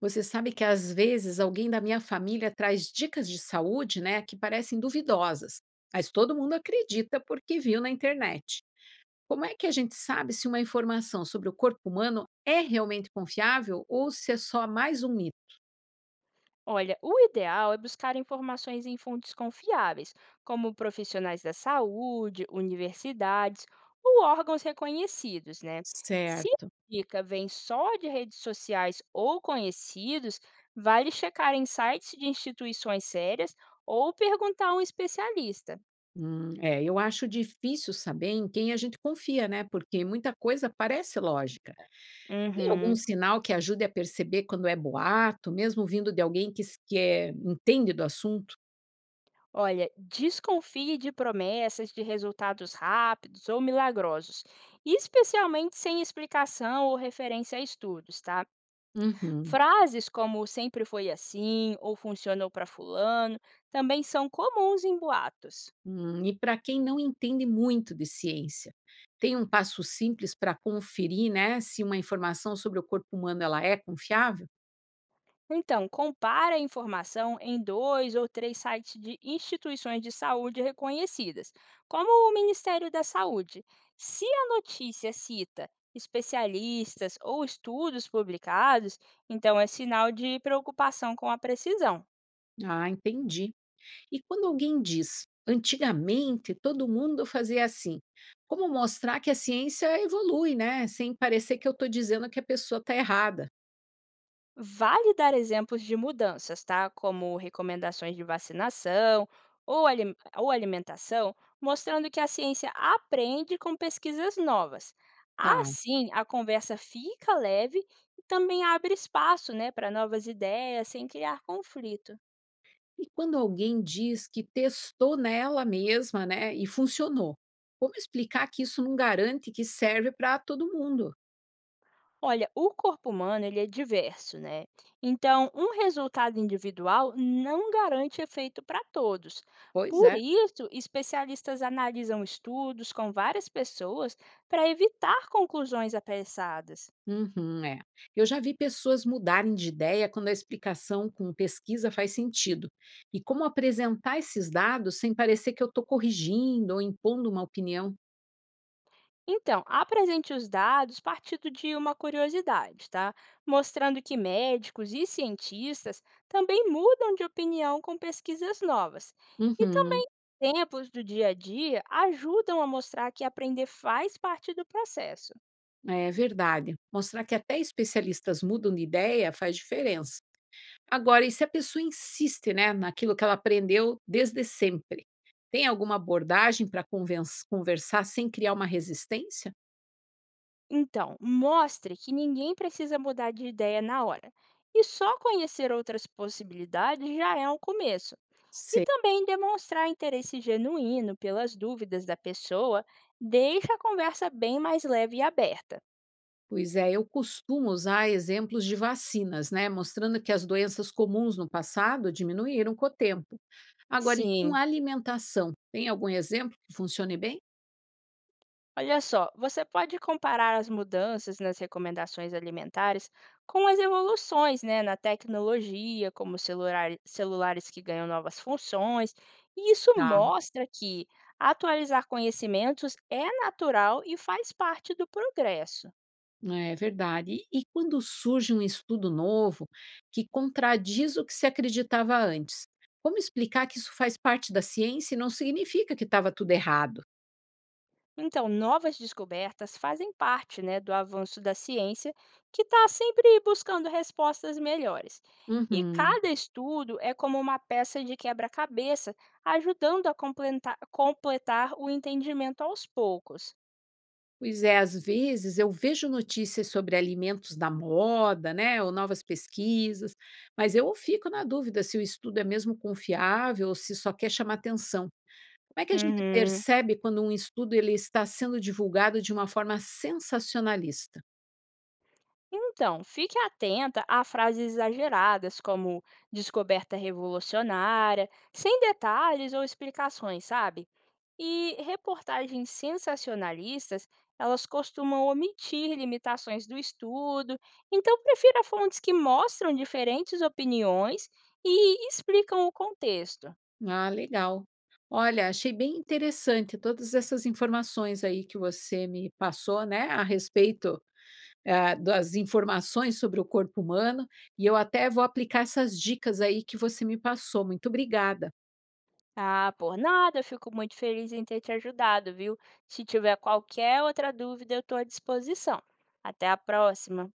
Você sabe que às vezes alguém da minha família traz dicas de saúde, né, que parecem duvidosas, mas todo mundo acredita porque viu na internet. Como é que a gente sabe se uma informação sobre o corpo humano é realmente confiável ou se é só mais um mito? Olha, o ideal é buscar informações em fontes confiáveis, como profissionais da saúde, universidades ou órgãos reconhecidos, né? Se a Certo. dica vem só de redes sociais ou conhecidos, vale checar em sites de instituições sérias ou perguntar a um especialista. É, eu acho difícil saber em quem a gente confia, né? Porque muita coisa parece lógica. Tem algum Uhum. sinal que ajude a perceber quando é boato, mesmo vindo de alguém que, que é, entende do assunto? Olha, desconfie de promessas de resultados rápidos ou milagrosos, especialmente sem explicação ou referência a estudos, tá? Uhum. Frases como sempre foi assim ou funcionou para fulano também são comuns em boatos. E para quem não entende muito de ciência, tem um passo simples para conferir, né, se uma informação sobre o corpo humano ela é confiável? Então, compare a informação em dois ou três sites de instituições de saúde reconhecidas, como o Ministério da Saúde. Se a notícia cita especialistas ou estudos publicados, então é sinal de preocupação com a precisão. Ah, entendi. E quando alguém diz, antigamente todo mundo fazia assim, como mostrar que a ciência evolui, né, sem parecer que eu estou dizendo que a pessoa está errada? Vale dar exemplos de mudanças, tá? Como recomendações de vacinação ou alimentação, mostrando que a ciência aprende com pesquisas novas. Tá. Assim, a conversa fica leve e também abre espaço, né, para novas ideias sem criar conflito. E quando alguém diz que testou nela mesma, né, e funcionou, como explicar que isso não garante que serve para todo mundo? Olha, o corpo humano ele é diverso, né? Então, um resultado individual não garante efeito para todos. Pois Por é. isso, especialistas analisam estudos com várias pessoas para evitar conclusões apressadas. Uhum, é. Eu já vi pessoas mudarem de ideia quando a explicação com pesquisa faz sentido. E como apresentar esses dados sem parecer que eu estou corrigindo ou impondo uma opinião? Então, apresente os dados partindo de uma curiosidade, tá? Mostrando que médicos e cientistas também mudam de opinião com pesquisas novas. E Uhum, também exemplos do dia a dia ajudam a mostrar que aprender faz parte do processo. é verdade. Mostrar que até especialistas mudam de ideia faz diferença. Agora, e se a pessoa insiste, né, naquilo que ela aprendeu desde sempre? Tem alguma abordagem para conversar sem criar uma resistência? Então, mostre que ninguém precisa mudar de ideia na hora. E só conhecer outras possibilidades já é um começo. E também demonstrar interesse genuíno pelas dúvidas da pessoa deixa a conversa bem mais leve e aberta. Pois é, eu costumo usar exemplos de vacinas, né? Mostrando que as doenças comuns no passado diminuíram com o tempo. Agora, e com Sim. alimentação? Tem algum exemplo que funcione bem? Olha só, você pode comparar as mudanças nas recomendações alimentares com as evoluções, né, na tecnologia, como celulares que ganham novas funções, e isso Tá, mostra que atualizar conhecimentos é natural e faz parte do progresso. é verdade. E quando surge um estudo novo que contradiz o que se acreditava antes? Como explicar que isso faz parte da ciência e não significa que estava tudo errado? Então, novas descobertas fazem parte, né, do avanço da ciência, que está sempre buscando respostas melhores. E Uhum. cada estudo é como uma peça de quebra-cabeça, ajudando a completar o entendimento aos poucos. Pois é, às vezes eu vejo notícias sobre alimentos da moda, né, ou novas pesquisas, mas eu fico na dúvida se o estudo é mesmo confiável ou se só quer chamar atenção. Como é que a gente Uhum. percebe quando um estudo ele está sendo divulgado de uma forma sensacionalista? Então, fique atenta a frases exageradas, como descoberta revolucionária, sem detalhes ou explicações, sabe? E reportagens sensacionalistas, elas costumam omitir limitações do estudo, então prefira fontes que mostram diferentes opiniões e explicam o contexto. Ah, legal. Olha, achei bem interessante todas essas informações aí que você me passou, né, a respeito das informações sobre o corpo humano, e eu até vou aplicar essas dicas aí que você me passou. Muito obrigada. Ah, por nada, eu fico muito feliz em ter te ajudado, viu? Se tiver qualquer outra dúvida, eu estou à disposição. Até a próxima!